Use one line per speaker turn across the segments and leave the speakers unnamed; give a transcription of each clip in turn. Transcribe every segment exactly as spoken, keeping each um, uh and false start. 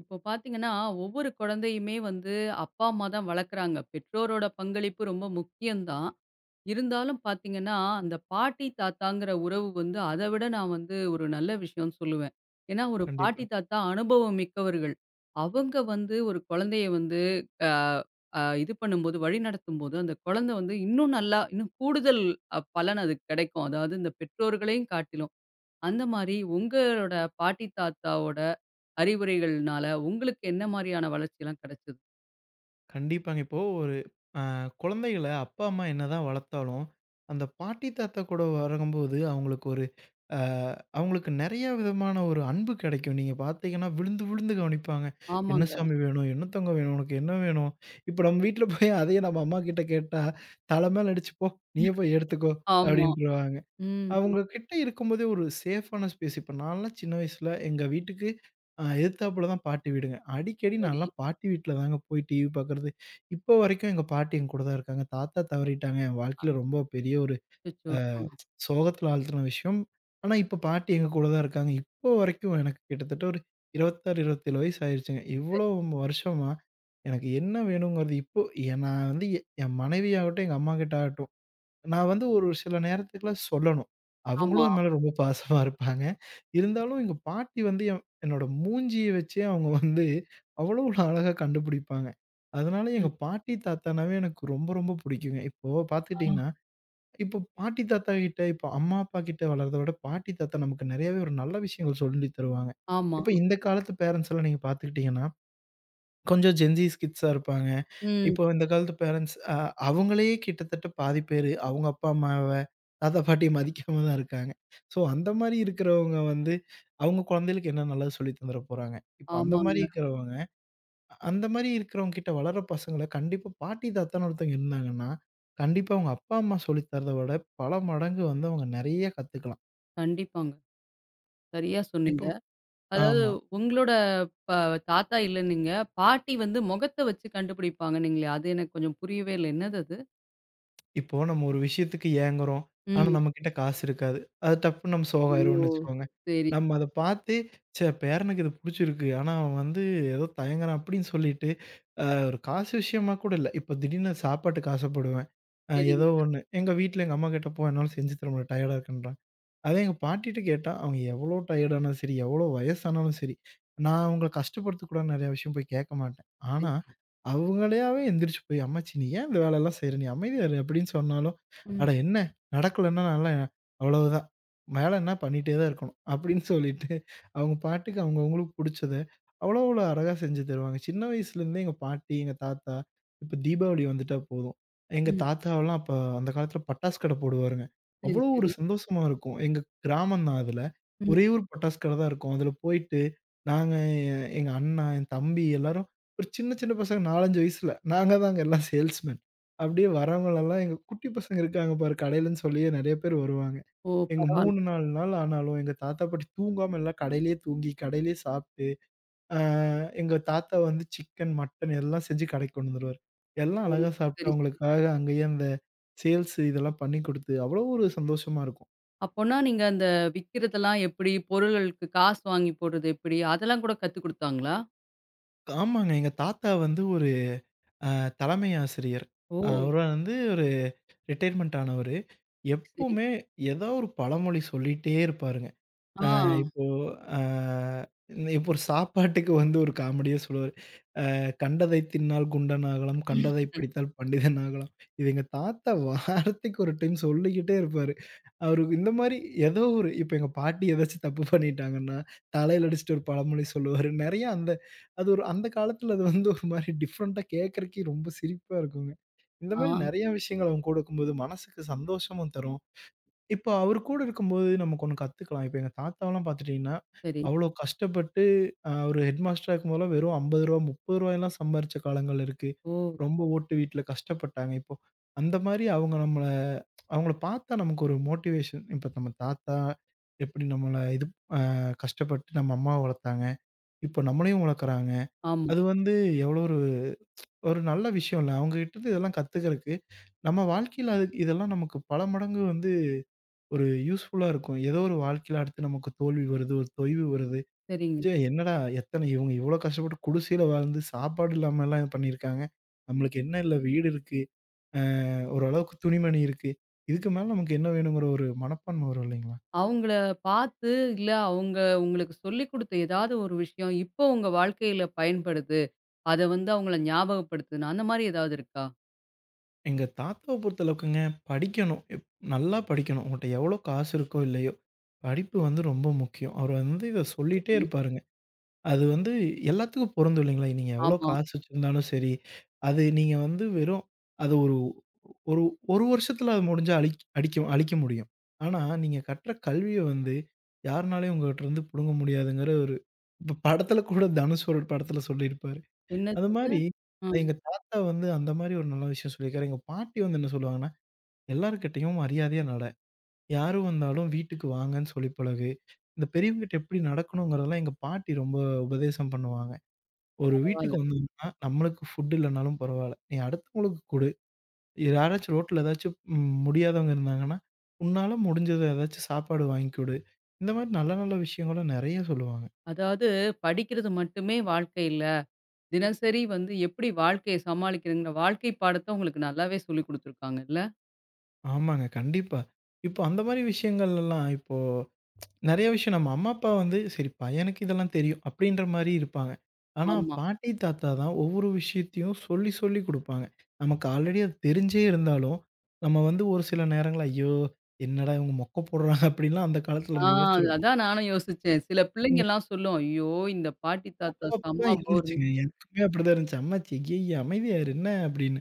இப்போ பார்த்தீங்கன்னா, ஒவ்வொரு குழந்தையுமே வந்து அப்பா, அம்மா தான் வளர்க்குறாங்க. பெற்றோரோட பங்களிப்பு ரொம்ப முக்கியம் தான். இருந்தாலும் பார்த்தீங்கன்னா, அந்த பாட்டி, தாத்தாங்கிற உறவு வந்து அத விட நான் வந்து ஒரு நல்ல விஷயம்னு சொல்லுவேன். ஏன்னா ஒரு
கண்டிப்பா.
பாட்டி, தாத்தா அனுபவம் மிக்கவர்கள். அவங்க வந்து ஒரு குழந்தைய வந்து அ அ இது பண்ணும்போது, வழிநடத்தும்போது, அந்த குழந்தை வந்து இன்னும் நல்லா, இன்னும் கூடுதல் அ பலன் அதுக்கு கிடைக்கும். அதாவது இந்த பெற்றோர்களையும் காட்டிலும். அந்த மாரி உங்களோட பாட்டி, தாத்தாவோட அறிவுரைகள்னால உங்களுக்கு என்ன மாரியான வளர்ச்சிலாம் கிடைச்சது?
கண்டிப்பாங்க. இப்போ ஒரு அ குழந்தைகள அப்பா, அம்மா என்னதான் வளர்த்தாலும், அந்த பாட்டி, தாத்தா கூட வரங்கும்போது அவங்களுக்கு ஒரு அ அவங்களுக்கு நெறைய விதமான ஒரு அன்பு கெடைக்கும். நீங்க பார்த்தீங்கன்னா, விழுந்து விழுந்து கவனிப்பாங்க. "என்ன
ஆமாங்க.
சாமி வேணும்? என்னத்தங்க வேணும்? உனக்கு என்ன வேணும்?" இப்ப நம்ம வீட்ல போய் அதையே நம்ம அம்மாகிட்ட கேட்டா, தல மேல அடிச்சு, "போ, நீயே போய் எடுத்துக்கோ"
ஆமா.
அப்படின்ருவாங்க.
ம். ம்.
அவங்க கிட்ட இருக்கும்போதே ஒரு சேஃபான ஸ்பேஸ். இப்ப நான்லாம் சின்ன வயசுல எங்க வீட்டுக்கு அ எதிர்த்தாப்புல தான் பாட்டி வீடுங்க. அடிக்கடி
சரி.
நான்லாம் பாட்டி வீட்ல தாங்க போய் டிவி பார்க்கறது. இப்போ வரைக்கும் எங்க பாட்டி என் கூட தான் இருக்காங்க. தாத்தா தவறிட்டாங்க. என் வாழ்க்கையில ரொம்ப பெரிய ஒரு
அச்சச்சோ!
அ
ஆ.
சோகத்துல ஆழ்த்துன விஷயம். ஆனா, இப்ப பாட்டி எங்க கூட தான் இருக்காங்க. இப்போ வரைக்கும் எனக்கு கிட்டத்தட்ட ஒரு இருபத்தி ஆறு, இருபத்தி ஏழு வயசு ஆயிருச்சுங்க. இவ்வளோ
சரி.
வருஷமா எனக்கு என்ன வேணுங்கிறது இப்போ எ நான் வந்து எ- என் மனைவியாகட்டும், எங்க அம்மாகிட்ட ஆகட்டும் நான் வந்து ஒரு சில நேரத்துக்குலாம் சொல்லணும். அவங்களும்
ஆமா.
என் மேல ரொம்ப பாசமா இருப்பாங்க. இருந்தாலும் எங்க பாட்டி வந்து என் என்னோட மூஞ்சிய வச்சே அவங்க வந்து அவ்வளோ ஒரு அழகா கண்டுபிடிப்பாங்க. அதனால எங்க
ம்.
பாட்டி, தாத்தானாவே எனக்கு ரொம்ப, ரொம்ப புடிக்குங்க. இப்போ
ஆ.
பார்த்துக்கிட்டீங்கன்னா, இப்போ பாட்டி, தாத்தா கிட்ட இப்போ அம்மா, அப்பா கிட்ட வளர்றத விட பாட்டி, தாத்தா நமக்கு நெறையாவே ஒரு நல்ல விஷயங்கள் சொல்லி தருவாங்க.
ஆமா.
இப்ப இந்த காலத்து பேரண்ட்ஸ்லாம் நீங்க பார்த்துக்கிட்டீங்கன்னா கொஞ்சம் ஜென்ஸீஸ் கிட்ஸா இருப்பாங்க.
ம்.
இப்போ இந்த காலத்து பேரன்ட்ஸ் அ அவங்களே கிட்டத்தட்ட பாதி பேரு அவங்க அப்பா, அம்மாவ, தாத்தா, பாட்டிய மதிக்காம தான் இருக்காங்க. ஸோ அந்த மாரி இருக்கிறவங்க வந்து, அவங்க குழந்தைகளுக்கு என்ன நல்லது சொல்லி தந்துற போறாங்க? இப்ப அந்த மாரி
ஆமாங்க.
இருக்கிறவங்க அந்த மாரி இருக்கிறவங்க கிட்ட வளர்ற பசங்கள கண்டிப்பா பாட்டி, தாத்தான்னு ஒருத்தவங்க இருந்தாங்கன்னா, கண்டிப்பா அவங்க அப்பா, அம்மா சொல்லி தரத விட பல மடங்கு வந்து அவங்க நெறைய கத்துக்கலாம்.
கண்டிப்பாங்க. சரியா
இப்போ
சொன்னீங்க. அதாவது
ஆமா.
உங்களோட ப தாத்தா இல்லன்னீங்க. பாட்டி வந்து முகத்த வச்சு கண்டுபிடிப்பாங்கன்னீங்களே! அது எனக்கு கொஞ்சம் புரியவே இல்ல. என்னது அது?
இப்போ நம்ம ஒரு விஷயத்துக்கு ஏங்குறோம். ஆனா
ம்.
நம்மகிட்ட காசு இருக்காது. அது டப்புன்னு நம்ம சோகம்
ஓ!
ஆயிருவோம்னு வச்சுக்கோங்க.
சரி,
நம்ம அத பார்த்து, ச்சே! பேரனுக்கு இது புடிச்சிருக்கு. ஆனா அவன் வந்து ஏதோ தயங்குறான் அப்படின்னு சொல்லிட்டு, அ ஒரு காசு விஷயமா கூட இல்ல. இப்போ திடீர்னு சாப்பாட்டுக்கு ஆசைப்படுவேன். அ ஏதோ
சரிங்க.
ஒண்ணு. எங்க வீட்ல எங்க அம்மாகிட்ட, "போ, என்னால செஞ்சு தர முடியல. டயர்டா இருக்கேன்றாங்க." அதே எங்க பாட்டிட்ட கேட்டா, அவங்க எவ்வளோ டயர்ட் ஆனாலும் சரி, எவ்வளோ வயசானாலும் சரி, நான் அவங்கள கஷ்டப்படுத்தக்கூடாதுன்னு நெறைய விஷயம் போய் கேட்க மாட்டேன்.
சரி.
ஆனா, அவங்களையாவே எந்திரிச்சு போய், "அம்மாச்சி நீ ஏன் இந்த வேலைலாம் செய்ற? நீ அமைதியா இரு" அப்படின்னு சொன்னாலும்,
ம்.
"அட என்ன, நடக்கலன்னா நல்லா, அவ்வளவுதான். வேலைன்னா பண்ணிட்டே தான் இருக்கணும்"
ம்.
அப்படின்னு சொல்லிட்டு, அவங்க பாட்டுக்கு அவங்கவங்களுக்கு புடிச்சத அவ்வளோ அவ்வளோ அழகா செஞ்சு தருவாங்க. சின்ன வயசுலேருந்தே எங்க பாட்டி, எங்க தாத்தா, இப்ப தீபாவளி வந்துட்டா போதும், எங்க
ம்.
தாத்தாவெல்லாம் அப்ப அந்த காலத்தில பட்டாசு கடை போடுவாருங்க.
சரி,
அவ்வளோ ஒரு
சரி.
சந்தோஷமா இருக்கும். எங்க கிராமம் தான் அதுல.
ம்.
ஒரே ஒரு பட்டாசு கடை தான் இருக்கும். அதுல போயிட்டு நாங்க, என் எங்க அண்ணா, என் தம்பி எல்லாரும் ஒரு சின்ன சின்ன பசங்க நான்கு, அஞ்சு வயசுல. நாங்க தாங்க எல்லாம் சேல்ஸ்மேன். அப்படியே வரவங்களெல்லாம் எங்க குட்டி பசங்க இருக்காங்க பாரு கடையிலன்னு சொல்லியே நெறைய பேர் வருவாங்க.
ஓ!
எங்க மூணு,
பரவால்ல.
நான்கு நாள் ஆனாலும் எங்க தாத்தா, பாட்டி தூங்காம எல்லாம் கடையிலேயே தூங்கி, கடையிலேயே சாப்பிட்டு, ஆ, எங்க தாத்தா வந்து சிக்கன், மட்டன் எல்லாம் செஞ்சு கடைக்கு கொண்டு வந்துருவாரு. எல்லாம்
ஓ!
அழகா சாப்பிட்டு
சரி, சரி.
அவங்களுக்காக அங்கேயே அந்த சேல்ஸ் இதெல்லாம் பண்ணி குடுத்து அவ்வளோ ஒரு சந்தோஷமா இருக்கும்.
அப்போனா நீங்க அந்த விக்கிறதெல்லாம் எப்படி? பொருள்களுக்கு காசு வாங்கி போடுறது எப்படி? அதெல்லாம் கூட கத்துக் குடுத்தாங்களா?
ஆமாங்க. எங்க தாத்தா வந்து ஒரு அ தலைமை ஆசிரியர்.
ஓ!
அவரு வந்து ஒரு ரிட்டயர்மென்ட் ஆனவரு.
சரி.
எப்பவுமே ஏதோ ஒரு பழமொழி சொல்லிட்டே இருப்பாருங்க.
ஆ.
அ இப்போ அ இப்போ ஒரு சாப்பாட்டுக்கு வந்து ஒரு காமெடியா சொல்லுவாரு. கண்டதை தின்னால் குண்டன் ஆகலாம், கண்டதை படித்தால் பண்டிதன் ஆகலாம். இது எங்க தாத்தா வாரத்துக்கு ஒரு டைம் சொல்லிக்கிட்டே இருப்பாரு. அவருக்கு இந்த மாரி ஏதோ ஒரு, இப்ப எங்க பாட்டி ஏதாச்சும் தப்பு பண்ணிட்டாங்கன்னா, தலையில அடிச்சுட்டு ஒரு பழமொழி சொல்லுவாரு. நெறைய அந்த, அது ஒரு அந்த காலத்துல அது வந்து ஒரு மாரி டிஃப்ரெண்ட்டா கேட்கறக்கே ரொம்ப சிரிப்பா இருக்குங்க. இந்த
ஆ.
மாரி நெறைய விஷயங்கள் அவங்க கொடுக்கும்போது மனசுக்கு சந்தோஷமும் தரும். இப்போ அவரு கூட இருக்கும்போது நமக்கு ஒண்ணு கத்துக்கலாம். இப்ப எங்க தாத்தாவெல்லாம் பார்த்துட்டீங்கன்னா,
சரி.
அவ்வளோ கஷ்டப்பட்டு அ அவரு ஹெட் மாஸ்டரா இருக்கும்போதெல்லாம் வெறும் ரூ. ஐம்பது, ரூ. 30லாம் சம்பாரிச்ச காலங்கள் இருக்கு.
ஓ!
ரொம்ப ஓட்டு வீட்ல கஷ்டப்பட்டாங்க. இப்போ அந்த மாரி அவங்க நம்மள அவங்கள பார்த்தா நமக்கு ஒரு மோட்டிவேஷன். இப்ப நம்ம தாத்தா எப்படி நம்மள இது அ கஷ்டப்பட்டு நம்ம அம்மாவ வளர்த்தாங்க. இப்போ நம்மளையும் வளர்க்குறாங்க.
ஆமா.
அது வந்து எவ்வளோ ஒரு, ஒரு நல்ல விஷயம் இல்ல. அவங்ககிட்ட இருந்து இதெல்லாம் கத்துக்கிறதுக்கு நம்ம வாழ்க்கையில, அது இதெல்லாம் நமக்கு பல மடங்கு வந்து ஒரு யூஸ்ஃபுல்லா இருக்கும். ஏதோ ஒரு, வாழ்க்கையில அடுத்து நமக்கு தோல்வி வருது, ஒரு தொய்வு வருது.
சரிங்க.
ச்சே, என்னடா, எத்தனை இவங்க இவ்வளோ கஷ்டப்பட்டு குடிசையில வாழ்ந்து சாப்பாடு இல்லாமலாம் இது பண்ணியிருக்காங்க. நம்மளுக்கு என்ன இல்ல, வீடு இருக்கு, அ ஓரளவுக்கு துணிமணி இருக்கு. இதுக்கு மேல நமக்கு என்ன வேணுங்கிற ஒரு மனப்பான்மை வரும் இல்லைங்களா?
அவங்கள பார்த்து, இல்ல அவங்க உங்களுக்கு சொல்லிக் குடுத்த ஏதாவது ஒரு விஷயம், இப்போ உங்க வாழ்க்கையில பயன்படுது. அத வந்து அவங்கள ஞாபகப்படுத்துனா, அந்த மாரி ஏதாவது இருக்கா?
எங்க தாத்தாவ பொறுத்தளவுக்குங்க, படிக்கணும். எப் நல்லா படிக்கணும். உங்கள்ட்ட எவ்வளோ காசு இருக்கோ, இல்லையோ, படிப்பு வந்து ரொம்ப முக்கியம். அவர் வந்து இத சொல்லிட்டே
சரி.
இருப்பாருங்க. அது வந்து எல்லாத்துக்கும் பொருந்தும் இல்லைங்களா? நீங்க எவ்வளோ
ஆமா.
காசு வச்சிருந்தாலும் சரி, அது நீங்க வந்து வெறும், அது ஒரு, ஒரு 1 வருஷத்துல அது முடிஞ்சா அழிக் அடிக்க அழிக்க முடியும். ஆனா, நீங்க கற்ற கல்விய வந்து யாருனாலயும் உங்ககிட்டருந்து பிடுங்க முடியாதுங்கிற ஒரு, இப்ப படத்துல கூட தனுஷ் ஒரு படத்துல சொல்லியிருப்பாரு. அது
என்னது?
மாரி
ம்.
எங்க தாத்தா வந்து அந்த மாரி ஒரு நல்ல விஷயம் சொல்லியிருக்காரு. எங்க பாட்டி வந்து என்ன சொல்லுவாங்கன்னா, "எல்லார்கிட்டயும் மரியாதையா நட. யாரும் வந்தாலும் வீட்டுக்கு வாங்கன்னு சொல்லி பழகு." இந்த பெரியவங்ககிட்ட எப்படி நடக்கணுங்கிறதெல்லாம் எங்க பாட்டி ரொம்ப உபதேசம் பண்ணுவாங்க. ஒரு
பரவால்ல.
வீட்டுக்கு வந்தாங்கன்னா, நம்மளுக்கு ஃபுட் இல்லனாலும் பரவால்ல. நீ அடுத்தவங்களுக்கு குடு. யாராச்சும் ரோட்ல ஏதாச்சும் ம் முடியாதவங்க இருந்தாங்கன்னா, உன்னால முடிஞ்சத ஏதாச்சும் சாப்பாடு வாங்கி குடு. இந்த மாரி நல்ல நல்ல விஷயங்களும் நெறைய சொல்லுவாங்க.
அதாவது படிக்கிறது மட்டுமே வாழ்க்கை இல்ல. தினசரி வந்து எப்படி வாழ்க்கைய சமாளிக்கிறதுங்கிற வாழ்க்கை பாடத்த உங்களுக்கு நல்லாவே சொல்லிக் குடுத்துருக்காங்கல்ல?
ஆமாங்க, கண்டிப்பா. இப்போ அந்த மாரி விஷயங்கள்லலாம் இப்போ நெறைய விஷயம் நம்ம அம்மா, அப்பா வந்து, "சரி பையனுக்கு இதெல்லாம் தெரியும்." அப்படீன்ற மாரி இருப்பாங்க. ஆனா,
ஆமா.
பாட்டி, தாத்தா தான் ஒவ்வொரு விஷயத்தையும் சொல்லி, சொல்லி குடுப்பாங்க. நமக்கு ஆல்ரெடி அது தெரிஞ்சே இருந்தாலும், நம்ம வந்து ஒரு சில நேரங்கள்ல, "ஐயோ! என்னடா இவங்க மொக்க போடுறாங்க." அப்படீன்லாம் அந்த காலத்துல
ஆ.
நம்ம யோசிச்சிருப்போம்.
அதான் நானும் யோசிச்சேன். சில
ம்.
பிள்ளைங்கலாம் சொல்லும், "ஐயோ! இந்த பாட்டி தாத்தா
அப்போ அப்படிதான்
செம்ம போர்".
இருந்துச்சுங்க. எனக்குமே அப்படிதான் இருந்துச்சு. "அம்மாச்சி, ஐயய்ய! அமைதியா இரு. என்ன?" அப்படீன்னு.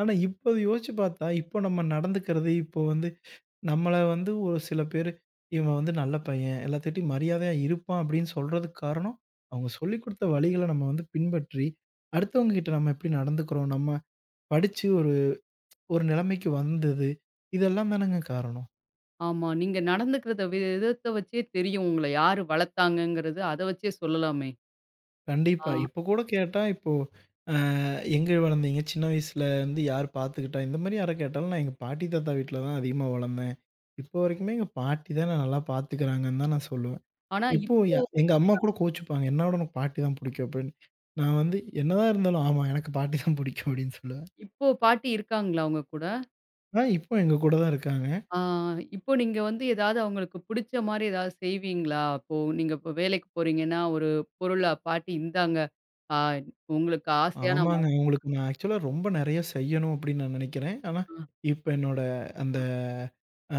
ஆனா, இப்ப அத யோசிச்சு பார்த்தா, இப்போ நம்ம நடந்துக்கிறது, இப்போ வந்து நம்மள வந்து ஒரு சில பேரு, "இவன் வந்து நல்ல பையன். எல்லாத்துக்கிட்டயும் மரியாதையா இருப்பான்." அப்படின்னு சொல்றதுக்கு காரணம், அவங்க சொல்லிக் குடுத்த வழிகள நம்ம வந்து பின்பற்றி, அடுத்தவங்க கிட்ட நம்ம எப்படி நடந்துக்கிறோம், நம்ம படிச்சு ஒரு, ஒரு நிலைமைக்கு வந்தது, இதெல்லாம் தானங்க காரணம்.
ஆமா. நீங்க நடந்துக்கிறத வி விதத்த வச்சே தெரியும் உங்கள யாரு வளர்த்தாங்கங்கிறது. அத வச்சே சொல்லலாமே! ஆ.
கண்டிப்பா. இப்போ கூட கேட்டா, இப்போ அ எங்க வளர்ந்தீங்க? சின்ன வயசுல வந்து யார் பார்த்துக்கிட்டா? இந்த மாரி யார கேட்டாலும், "நான் எங்க பாட்டி, தாத்தா வீட்ல தான் அதிகமா வளர்ந்தேன். இப்போ வரைக்குமே எங்க பாட்டி தான் என்ன நல்லா பார்த்துக்கிறாங்கன்னு" தான் நான் சொல்லுவேன்.
ஆனா இப்
இப்போ ய எங்க அம்மா கூட கோவிச்சுப்பாங்க. "என்ன விட உனக்கு பாட்டி தான் புடிக்கும்" அப்படின்னு. நான் வந்து என்னதான் இருந்தாலும், "ஆமா, எனக்கு பாட்டி தான் புடிக்கும்" அப்படின்னு சொல்லுவேன்.
இப்போ பாட்டி இருக்காங்களா உங்க கூட?
ஆனா, இப்போ எங்க கூட தான் இருக்காங்க.
ஆ. இப்போ நீங்க வந்து ஏதாவது அவங்களுக்கு பிடிச்ச மாரி ஏதாவது செய்வீங்களா? இப்போ நீங்க இப்போ வேலைக்கு போறீங்கன்னா, ஒரு பொருள பாட்டி இந்தாங்க. ஆ. உங்களுக்கு ஆசையா நான் வா.
ஆமாங்க. உங்களுக்கு நான் ஆக்சுவலா ரொம்ப நெறைய செய்யணும் அப்படின்னு நான் நெனைக்கிறேன். ஆனா,
ஆ.
இப்ப என்னோட அந்த அ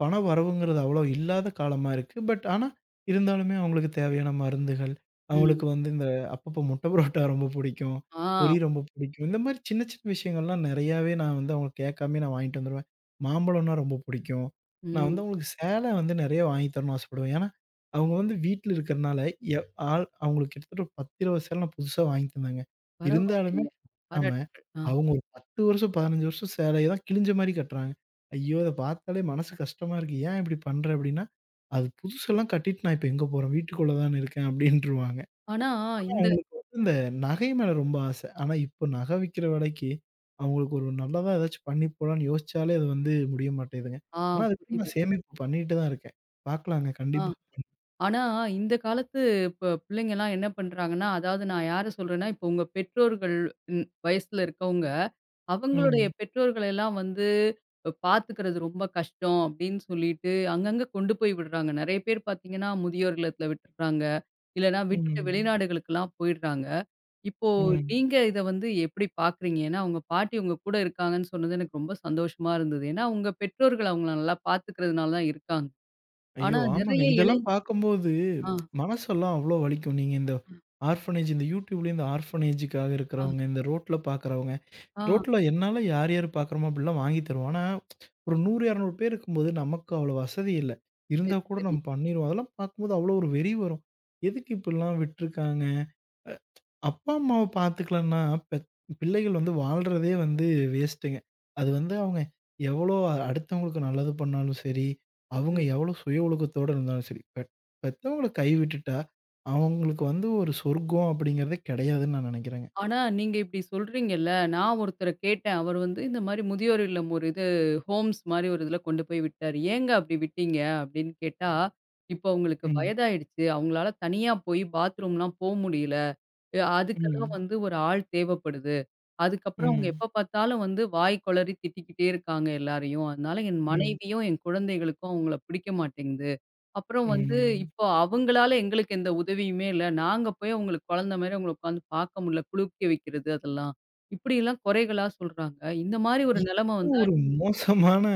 பண வரவுங்கிறது அவ்வளோ இல்லாத காலமா இருக்கு. பட் ஆனா, இருந்தாலுமே அவங்களுக்கு தேவையான மருந்துகள்,
ம்.
அவங்களுக்கு வந்து இந்த அப்பப்போ முட்டை புரோட்டா ரொம்ப பிடிக்கும்.
ஆ.
பொரி ரொம்ப பிடிக்கும். இந்த மாரி சின்ன சின்ன விஷயங்கள்லாம் நெறையாவே நான் வந்து அவங்க கேட்காமயே நான் வாங்கிட்டு வந்துருவேன். மாம்பழம்னா ரொம்ப பிடிக்கும். நான்
ம்.
வந்து அவங்களுக்கு சேலை வந்து நெறைய வாங்கி தரணும்னு ஆசைப்படுவேன். ஏன்னா, அவங்க வந்து வீட்ல இருக்கிறனால எ ஆள் அவங்களுக்கு கிட்டத்தட்ட ஒரு பத்து, இருபது சேலை நான் புதுசா வாங்கி தந்தேங்க. இருந்தாலுமே
பரவாயில்லையே!
கட்டாம,
பாராட்டுக்கள். ஆ.
அவங்க ஒரு பத்து வருஷம், பதினஞ்சு வருஷம் சேலைய தான் கிழிஞ்ச மாரி கட்டுறாங்க. ஐயோ! அத பார்த்தாலே மனசு கஷ்டமா இருக்கு. ஏன் இப்படி பண்ற அப்படின்னா, அது புதுசெல்லாம் கட்டிட்டு நான் இப்ப எங்க போறேன்? வீட்டுக்குள்ள தானே இருக்கேன் அப்படின்ருவாங்க.
ஆனா
ஆனா
இந்த.
அவங்களுக்கு வந்து இந்த நகை மேல ரொம்ப ஆசை. ஆனா இப்ப நகை விக்கிற விலைக்கு, அவங்களுக்கு ஒரு நல்லதா ஏதாச்சும் பண்ணி போலான்னு யோசிச்சாலே அது வந்து முடிய மாட்டேங்குதுங்க.
ஆ.
ஆனா அதுக்கு
புரியுது.
நான் சேமிப்பு பண்ணிட்டு தான் இருக்கேன். பார்க்கலாங்க
ஆ.
கண்டிப்பா.
ஆனா இந்த காலத்து இப்ப பிள்ளைங்கலாம் என்ன பண்றாங்கன்னா, அதாவது நான் யார சொல்றேன்னா, இப்போ உங்க பெற்றோர்கள் ம் வயசுல இருக்கவங்க, அவங்களுடைய
ம்.
பெற்றோர்களெல்லாம் வந்து அ பார்த்துக்கிறது ரொம்ப கஷ்டம் அப்படின்னு சொல்லிட்டு, அங்கங்க கொண்டு போய் விடுறாங்க. நெறைய பேர் பார்த்தீங்கன்னா, முதியோர் இல்லத்துல விட்டுடுறாங்க. இல்லன்னா விட்டுட்டு
ம்.
வெளிநாடுகளுக்கெல்லாம் போயிடுறாங்க. இப்போ
ம்.
நீங்க இத வந்து எப்படி பார்க்குறீங்க? ஏன்னா, உங்க பாட்டி உங்க கூட இருக்காங்கன்னு சொன்னது எனக்கு ரொம்ப சந்தோஷமா இருந்தது. ஏன்னா, உங்க பெற்றோர்கள் அவங்கள நல்லா பார்த்துக்கிறதுனால தான் இருக்காங்க.
ஐயோ!
ஆனா
ஆமாங்க.
நெறைய இளை.
இதெல்லாம் பார்க்கும்போது
ஆ,
மனசெல்லாம் அவ்ளோ வலிக்கும். நீங்க இந்த
ஆ,
ஆர்ஃபனேஜ் இந்த YouTubeலயே இந்த ஆர்ஃபனேஜ்க்காக
ஆ,
இருக்கிறவங்க, இந்த ரோட்ல பார்க்குறவங்க,
ஆ.
ரோட்ல என்னால யார் யார் பார்க்குறோமோ அப்படிலாம் வாங்கி தருவோம். ஆனா, ஒரு நூறு, இருநூறு பேர் இருக்கும்போது நமக்கு அவ்வளோ வசதி இல்ல.
சரி,
இருந்தா கூட
சரி.
நம்ம பண்ணிருவோம். அதெல்லாம் பார்க்கும்போது அவ்வளோ ஒரு வெறி வரும். எதுக்கு இப்படிலாம் விட்டுருக்காங்க? அப்பா, அம்மாவ பார்த்துக்கலன்னா, பெத் பிள்ளைகள் வந்து வாழ்றதே வந்து வேஸ்ட்டுங்க. அது வந்து அவங்க எவ்வளோ அ- அடுத்தவங்களுக்கு நல்லது பண்ணாலும் சரி, அவங்க
ம்.
எவ்வளோ சுய ஒழுக்கத்தோட இருந்தாலும் சரி, பெத் பெத்தவங்கள கைவிட்டுட்டா, அவங்களுக்கு வந்து ஒரு சொர்க்கம் அப்படிங்கிறதே கிடையாதுன்னு நான் நெனைக்கிறேங்க.
ஆனா நீங்க இப்படி சொல்றீங்கல்ல, நான் ஒருத்தர கேட்டேன். அவர் வந்து இந்த மாரி முதியோர் இல்லம் ஒரு இது ஹோம்ஸ் மாரி ஒரு இதில கொண்டு போய் விட்டாரு. "ஏங்க அப்படி விட்டீங்க?" அப்படின்னு கேட்டா, "இப்போ அவங்களுக்கு
ம்.
வயதாயிடுச்சு. அவங்களால தனியா போய் பாத்ரூம்லாம் போ முடியல. அ அதுக்கெல்லாம்
ம்.
வந்து ஒரு ஆள் தேவைப்படுது." அதுக்கப்புறம் அவங்க
ம்.
எப்ப பார்த்தாலும் வந்து வாய் கொளறி திட்டிக்கிட்டே இருக்காங்க எல்லாரையும். அதனால என்
ம்.
மனைவியும், என் குழந்தைகளுக்கும் அவங்கள பிடிக்க மாட்டேங்குது. அப்புறம் வந்து
ம்.
இப்போ அவங்களால எங்களுக்கு எந்த உதவியுமே இல்ல. நாங்க போய் அவங்களுக்கு குழந்தை மாரி அவங்கள உட்காந்து பார்க்க முடியல. குளிக்க வைக்கிறது அதெல்லாம். இப்படியெல்லாம் குறைகளா சொல்றாங்க. இந்த மாரி ஒரு நிலைமை வந்தா
ஒரு மோசமான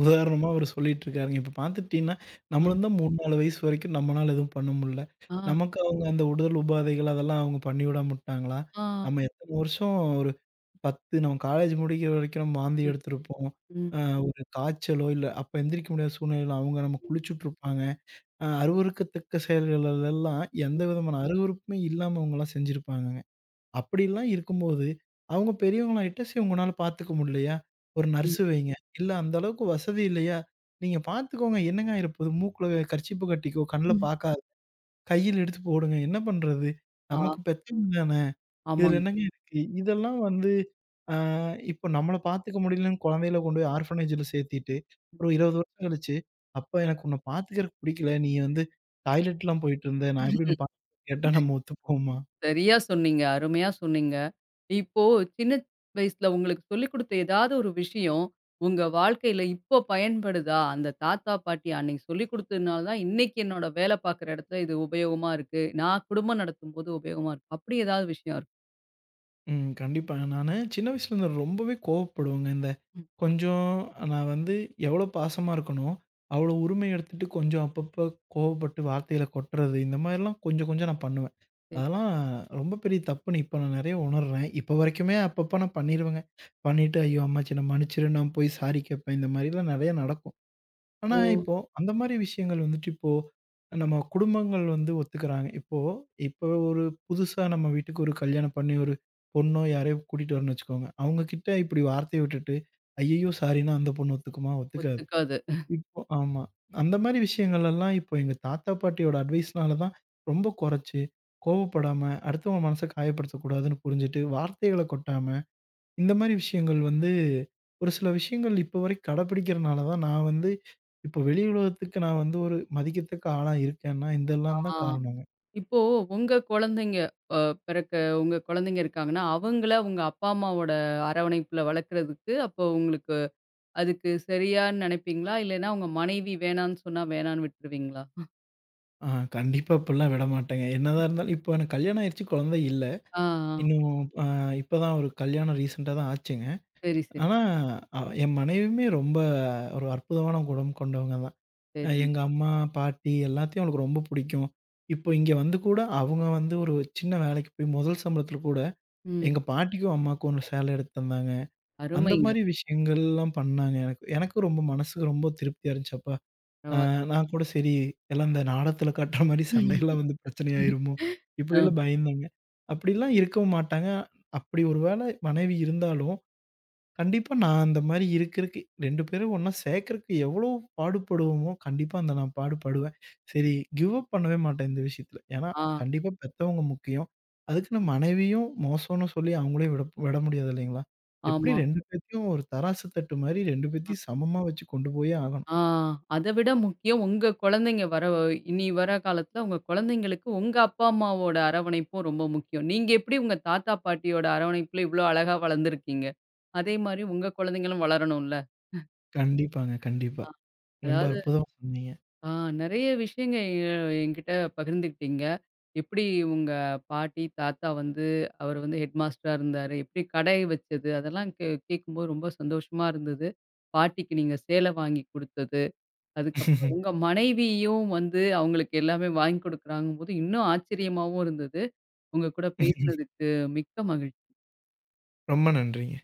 உதாரணமா அவரு சொல்லிட்டுருக்காருங்க. இப்ப பார்த்துட்டீங்கன்னா,
ஆ,
நம்மளும் தான் மூணு, நாலு வயசு வரைக்கும் நம்மனால எதுவும் பண்ண முடில.
ஆ,
நமக்கு அவங்க அந்த உடல் உபாதைகள் அதெல்லாம் அவங்க பண்ணிவிடாம விட்டாங்களா?
ஆ.
நம்ம எத்தன வருஷம், ஒரு பத்து, நம்ம காலேஜ் முடிக்கிற வரைக்கும் நம்ம வாந்தி
ம்,
எடுத்திருப்போம்.
ம்,
அ ஒரு காய்ச்சலோ, இல்ல அப்ப எந்திரிக்க முடியாத சூழ்நிலையில அவங்க நம்ம
ம்,
குளிச்சுட்டுருப்பாங்க. அ அருவருக்கத்தக்க செயல்கள் எல்லாம் எந்த விதமான அருவருப்புமே இல்லாம அவங்கலாம் செஞ்சிருப்பாங்க. அப்படிலாம் இருக்கும்போது, அவங்க பெரியவங்களாயிட்டா, சரி உங்கனால பார்த்துக்க முடியலையா? ஒரு
ம்,
நர்ஸ் வைங்க. இல்ல அந்த அளவுக்கு வசதி இல்லையா? நீங்க பார்த்துக்கோங்க. என்னங்க ஆயிரப்போது? மூக்குல கர்ச்சீப்பு கட்டிக்கோ, கண்ல
ம்.
பார்க்காத. கையில எடுத்து போடுங்க. என்ன பண்றது?
ஆ,
நமக்கு பெத்தவங்க தானே! இதுல
ஆமாங்க.
என்னங்க இருக்கு? இதெல்லாம் வந்து ஆ இப்போ நம்மள பார்த்துக்க முடியலன்னு குழந்தையில கொண்டு போய் ஆர்ஃபனேஜ்ல சேர்த்திட்டு, ஒரு இருபது வருஷம் கழிச்சு, "அப்பா எனக்கு உன்ன பார்த்துக்கிறக்கு பிடிக்கல. நீ வந்து டாய்லெட்லாம் போயிட்டு இருந்த. நான் எப்படி உன்ன பார்த்துக்கிறேன்னு கேட்டா நம்ம ஒத்துப்போமா?"
சரியா சொன்னீங்க. அருமையா சொன்னீங்க. இப்போ சின்ன வயசுல உங்களுக்கு சொல்லிக் குடுத்த ஏதாவது ஒரு விஷயம், உங்க வாழ்க்கையில இப்போ பயன்படுதா? அந்த தாத்தா, பாட்டி அன்னைக்கு சொல்லிக் குடுத்ததுனால தான் இன்னைக்கு என்னோட வேலை பார்க்குற இடத்துல இது உபயோகமா இருக்கு. நான் குடும்பம் நடத்தும்போது உபயோகமா இருக்கு. அப்படி ஏதாவது விஷயம் இருக்கா?
ம். கண்டிப்பா. நானு சின்ன வயசுலருந்து ரொம்பவே கோவப்படுவேங்க. இந்த
ம்.
கொஞ்சம் நான் வந்து எவ்வளோ பாசமா இருக்கனோ, அவ்வளோ உரிமை எடுத்துட்டு கொஞ்சம் அப்பப்போ கோவப்பட்டு வார்த்தைகள கொட்டுறது, இந்த மாரிலாம் கொஞ்சம் கொஞ்சம் நான் பண்ணுவேன்.
சரி.
அதெல்லாம் ரொம்ப பெரிய தப்புன்னு இப்ப நான் நெறைய உணர்றேன். இப்ப வரைக்குமே அப்பப்போ நான் பண்ணிருவேங்க. பண்ணிட்டு, "ஐயோ! அம்மாச்சி என்ன மன்னிச்சிரு" நான் போய் சாரி கேட்பேன். இந்த மாரிலாம் நெறைய நடக்கும். ஆனா,
ஓ!
இப்போ அந்த மாரி விஷயங்கள் வந்துட்டு இப்போ நம்ம குடும்பங்கள் வந்து ஒத்துக்கிறாங்க. இப்போ இப்போ ஒரு புதுசா நம்ம வீட்டுக்கு ஒரு கல்யாணம் பண்ணி ஒரு பொண்ணோ யாரையோ கூட்டிட்டு வரணும்னு வச்சுக்கோங்க. அவங்க கிட்ட இப்படி வார்த்தைய விட்டுட்டு, ஐய்யய்யோ! சாரின்னா அந்த பொண்ணு ஒத்துக்குமா? ஒத்துக்காது.
ஒத்துக்காது.
இப்போ ஆமா. அந்த மாரி விஷயங்கள் எல்லாம் இப்போ எங்க தாத்தா, பாட்டியோட அட்வைஸ்னால தான் ரொம்ப குறைச்சு, கோவப்படாம, அடுத்தவங்க மனச காயப்படுத்தக்கூடாதுன்னு புரிஞ்சுட்டு, வார்த்தைகள கொட்டாம இந்த மாரி விஷயங்கள் வந்து, ஒரு சில விஷயங்கள் இப்போ வரை கடைப்பிடிக்கிறனால தான் நான் வந்து இப்போ வெளி உலகத்துக்கு நான் வந்து ஒரு மதிக்கத்தக்க ஆளா இருக்கேன்னா,
ஆ.
இதெல்லாம் தான் காரணங்க.
இப்போ உங்க குழந்தைங்க அ பிறக்க உங்க குழந்தைங்க இருக்காங்கன்னா, அவங்கள உங்க அப்பா, அம்மாவோட அரவணைப்புல வளர்க்கறதுக்கு அப்போ உங்களுக்கு அதுக்கு சரியான்னு நினைப்பீங்களா? இல்லைன்னா உங்க மனைவி வேணான்னு சொன்னா வேணான்னு விட்டுருவீங்களா?
ஆ. கண்டிப்பா இப்படிலாம் விடமாட்டேங்க. என்னதான் இருந்தாலும் இப்போ எனக்கு கல்யாணம் ஆயிருச்சு, குழந்தை இல்ல.
ஆ, ஆ.
இன்னும் அ இப்போ தான் ஒரு கல்யாணம் ரீசென்ட்டா தான் ஆச்சுங்க.
சரி, சரி,
ஆனா, அ என் மனைவியுமே ரொம்ப ஒரு அற்புதமான குணம் கொண்டவங்க தான். அ
சரி.
எங்க அம்மா, பாட்டி எல்லாத்தையும் அவளுக்கு ரொம்ப பிடிக்கும். இப்போ இங்க வந்து கூட அவங்க வந்து ஒரு சின்ன வேலைக்கு போய் முதல் சம்பளத்தில கூட
ம். ம்.
எங்க பாட்டிக்கும், அம்மாவுக்கும் ஒரு சேலை எடுத்து தந்தாங்க. அந்த
அருமைங்க.
மாரி விஷயங்கள்லாம் பண்ணாங்க. எனக்கு எனக்கும் ரொம்ப மனசுக்கு ரொம்ப திருப்தியா இருந்துச்சு. அப்ப அ
பரவால்ல.
நான் கூட சரி, எல்லாம் இந்த நாடகத்தில காட்டுற மாரி சண்டையெல்லாம் வந்து பிரச்சனையாயிருமோ!
ஆ,
இப்படியெல்லாம் பயந்தாங்க. அப்படிலாம் இருக்கவும் மாட்டாங்க. அப்படி ஒரு வேளை மனைவி இருந்தாலும் கண்டிப்பா நான் அந்த மாரி இருக்கிறதுக்கு ரெண்டு பேரும் ஒண்ணா சேர்க்கறக்கு எவ்வளோ பாடுபடுவோமோ, கண்டிப்பா அந்த நான் பாடுபடுவேன்.
ம்.
சரி, கிவ் அப் பண்ணவே மாட்டேன் இந்த விஷயத்துல. ஏன்னா,
ஆ,
கண்டிப்பா பெத்தவங்க முக்கியம். அதுக்குன்னு மனைவியும் மோசம்னு சொல்லி அவங்களையும் விட விட முடியாது இல்லைங்களா? எப்படி
ஆமா.
ரெண்டு பேத்தையும் ஒரு தராசு தட்டு மாரி ரெண்டு
அ
பேத்தையும் சமமா வச்சு கொண்டு போயே ஆகணும்.
ஆ அத விட முக்கியம் உங்க குழந்தைங்க வர இனி வர காலத்துல உங்க குழந்தைங்களுக்கு உங்க அப்பா, அம்மாவோட அரவணைப்பும் ரொம்ப முக்கியம். நீங்க எப்படி உங்க தாத்தா, பாட்டியோட அரவணைப்புல இவ்ளோ அழகா வளர்ந்துருக்கீங்க. அதே மாரி உங்க குழந்தைங்களும் வளரணும்ல.
கண்டிப்பாங்க, கண்டிப்பா. ரொம்ப
அதாவது
அற்புதமா சொன்னீங்க.
ஆ நெறைய விஷயங்க எ என்கிட்ட பகிர்ந்துக்கிட்டீங்க. எப்படி உங்க பாட்டி, தாத்தா வந்து அவர் வந்து ஹெட் மாஸ்டரா இருந்தாரு. எப்படி கடை வச்சது, அதெல்லாம் கே கேட்கும்போது ரொம்ப சந்தோஷமா இருந்தது. பாட்டிக்கு நீங்க சேலை வாங்கி குடுத்தது. அதுக்கப்புறம் உங்க மனைவியும் வந்து அவங்களுக்கு எல்லாமே வாங்கி குடுக்குறாங்கும்போது, இன்னும் ஆச்சரியமாவும் இருந்தது. உங்க கூட பேசினதுக்கு மிக்க மகிழ்ச்சி.
ரொம்ப நன்றிங்க.